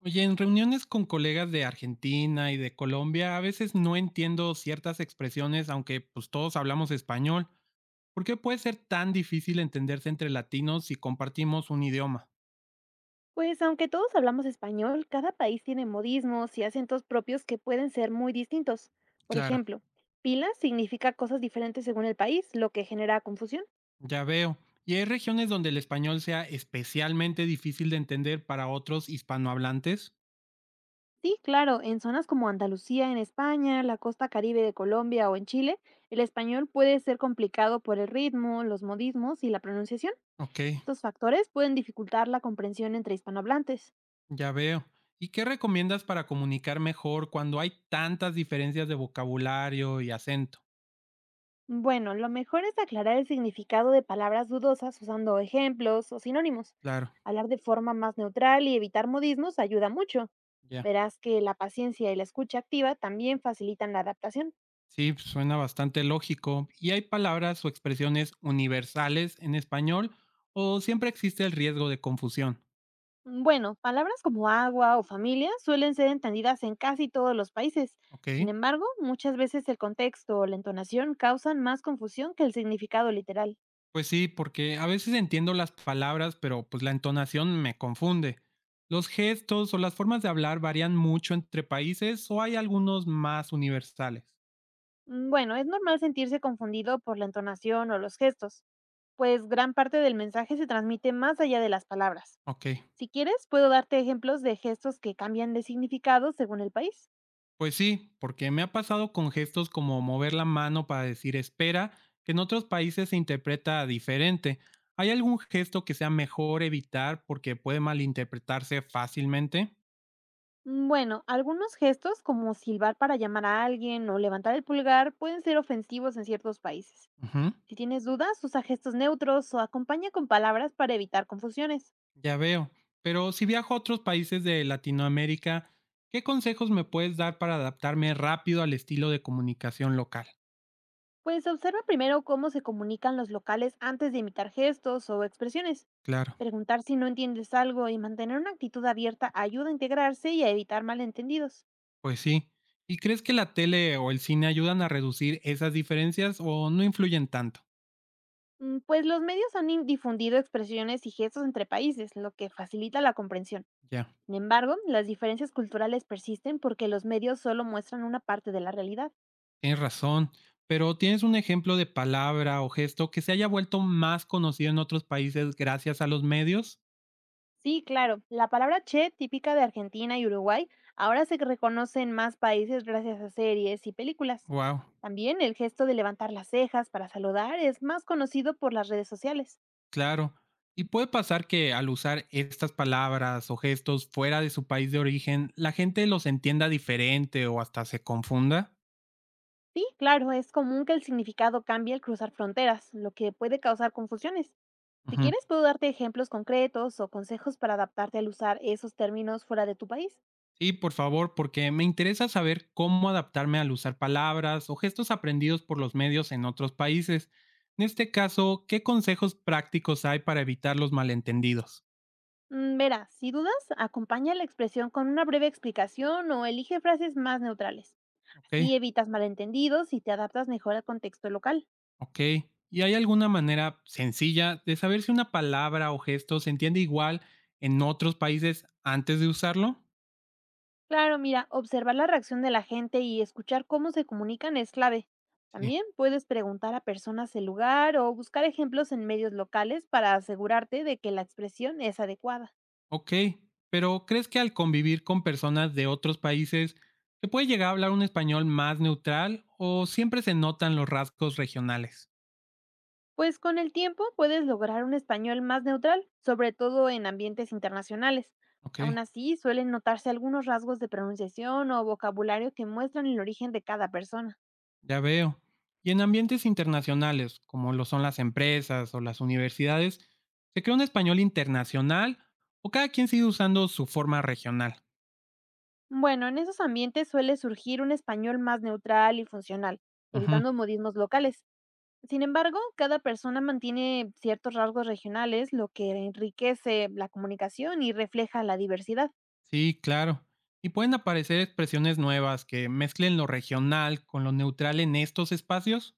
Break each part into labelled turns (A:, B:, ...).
A: Oye, en reuniones con colegas de Argentina y de Colombia, a veces no entiendo ciertas expresiones, aunque pues todos hablamos español. ¿Por qué puede ser tan difícil entenderse entre latinos si compartimos un idioma?
B: Pues aunque todos hablamos español, cada país tiene modismos y acentos propios que pueden ser muy distintos. Por
A: Claro.
B: ejemplo, pila significa cosas diferentes según el país, lo que genera confusión.
A: Ya veo. ¿Y hay regiones donde el español sea especialmente difícil de entender para otros hispanohablantes?
B: Sí, claro, en zonas como Andalucía en España, la costa caribe de Colombia o en Chile, el español puede ser complicado por el ritmo, los modismos y la pronunciación.
A: Ok,
B: Estos factores pueden dificultar la comprensión entre hispanohablantes.
A: ya veo. ¿Y qué recomiendas para comunicar mejor cuando hay tantas diferencias de vocabulario y acento?
B: Bueno, lo mejor es aclarar el significado de palabras dudosas usando ejemplos o sinónimos.
A: Claro,
B: Hablar de forma más neutral y evitar modismos ayuda mucho.
A: ya.
B: Verás que la paciencia y la escucha activa también facilitan la adaptación.
A: Sí, pues, suena bastante lógico. ¿Y hay palabras o expresiones universales en español o siempre existe el riesgo de confusión?
B: Bueno, palabras como agua o familia suelen ser entendidas en casi todos los países.
A: Ok.
B: Sin embargo, muchas veces el contexto o la entonación causan más confusión que el significado literal.
A: Pues sí, porque a veces entiendo las palabras, pero pues la entonación me confunde. ¿Los gestos o las formas de hablar varían mucho entre países o hay algunos más universales?
B: Bueno, es normal sentirse confundido por la entonación o los gestos. Pues gran parte del mensaje se transmite más allá de las palabras.
A: Ok.
B: Si quieres, puedo darte ejemplos de gestos que cambian de significado según el país.
A: Pues sí, porque me ha pasado con gestos como mover la mano para decir espera, que en otros países se interpreta diferente. ¿Hay algún gesto que sea mejor evitar porque puede malinterpretarse fácilmente?
B: Mm, bueno, algunos gestos como silbar para llamar a alguien o levantar el pulgar pueden ser ofensivos en ciertos países.
A: Ujú,
B: Si tienes dudas, usa gestos neutros o acompaña con palabras para evitar confusiones.
A: ya veo. Pero si viajo a otros países de Latinoamérica, ¿qué consejos me puedes dar para adaptarme rápido al estilo de comunicación local?
B: Pues observa primero cómo se comunican los locales antes de imitar gestos o expresiones.
A: Claro,
B: Preguntar si no entiendes algo y mantener una actitud abierta ayuda a integrarse y a evitar malentendidos.
A: pues sí. ¿Y crees que la tele o el cine ayudan a reducir esas diferencias o no influyen tanto?
B: Mm, pues los medios difundido expresiones y gestos entre países, lo que facilita la comprensión.
A: Ya.
B: Sin embargo, las diferencias culturales persisten porque los medios solo muestran una parte de la realidad.
A: Tienes razón, pero ¿tienes un ejemplo de palabra o gesto que se haya vuelto más conocido en otros países gracias a los medios?
B: Sí, claro, la palabra che, típica de Argentina y Uruguay, ahora se reconoce en más países gracias a series y películas.
A: Wow,
B: También el gesto de levantar las cejas para saludar es más conocido por las redes sociales.
A: claro. Y puede pasar que al usar estas palabras o gestos fuera de su país de origen, la gente los entienda diferente o hasta se confunda.
B: Sí, claro, es común que el significado cambie al cruzar fronteras, lo que puede causar confusiones. Si
A: Ujú.
B: quieres, puedo darte ejemplos concretos o consejos para adaptarte al usar esos términos fuera de tu país.
A: Sí, por favor, porque me interesa saber cómo adaptarme al usar palabras o gestos aprendidos por los medios en otros países. En este caso, ¿qué consejos prácticos hay para evitar los malentendidos?
B: Mm, verá, si dudas, acompaña la expresión con una breve explicación o elige frases más neutrales.
A: Ok.
B: Así evitas malentendidos y te adaptas mejor al contexto local.
A: Ok. ¿Y hay alguna manera sencilla de saber si una palabra o gesto se entiende igual en otros países antes de usarlo?
B: Claro, mira, observar la reacción de la gente y escuchar cómo se comunican es clave.
A: Sí.
B: También puedes preguntar a personas el lugar o buscar ejemplos en medios locales para asegurarte de que la expresión es adecuada.
A: Ok. Pero ¿crees que al convivir con personas de otros países se puede llegar a hablar un español más neutral o siempre se notan los rasgos regionales?
B: Pues con el tiempo puedes lograr un español más neutral, sobre todo en ambientes internacionales.
A: Ok,
B: Aún así, suelen notarse algunos rasgos de pronunciación o vocabulario que muestran el origen de cada persona.
A: ya veo. Y en ambientes internacionales, como lo son las empresas o las universidades, ¿se crea un español internacional o cada quien sigue usando su forma regional?
B: Bueno, en esos ambientes suele surgir un español más neutral y funcional,
A: Ujú.
B: evitando modismos locales. Sin embargo, cada persona mantiene ciertos rasgos regionales, lo que enriquece la comunicación y refleja la diversidad.
A: Sí, claro. Y pueden aparecer expresiones nuevas que mezclen lo regional con lo neutral en estos espacios.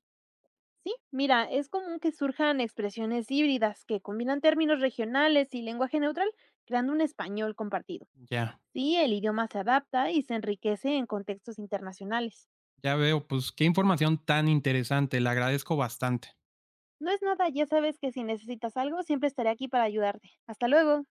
B: Sí, mira, es común que surjan expresiones híbridas que combinan términos regionales y lenguaje neutral, creando un español compartido.
A: Ya,
B: Sí, el idioma se adapta y se enriquece en contextos internacionales.
A: ya veo, pues qué información tan interesante, le agradezco bastante.
B: No es nada, ya sabes que si necesitas algo, siempre estaré aquí para ayudarte. Hasta luego.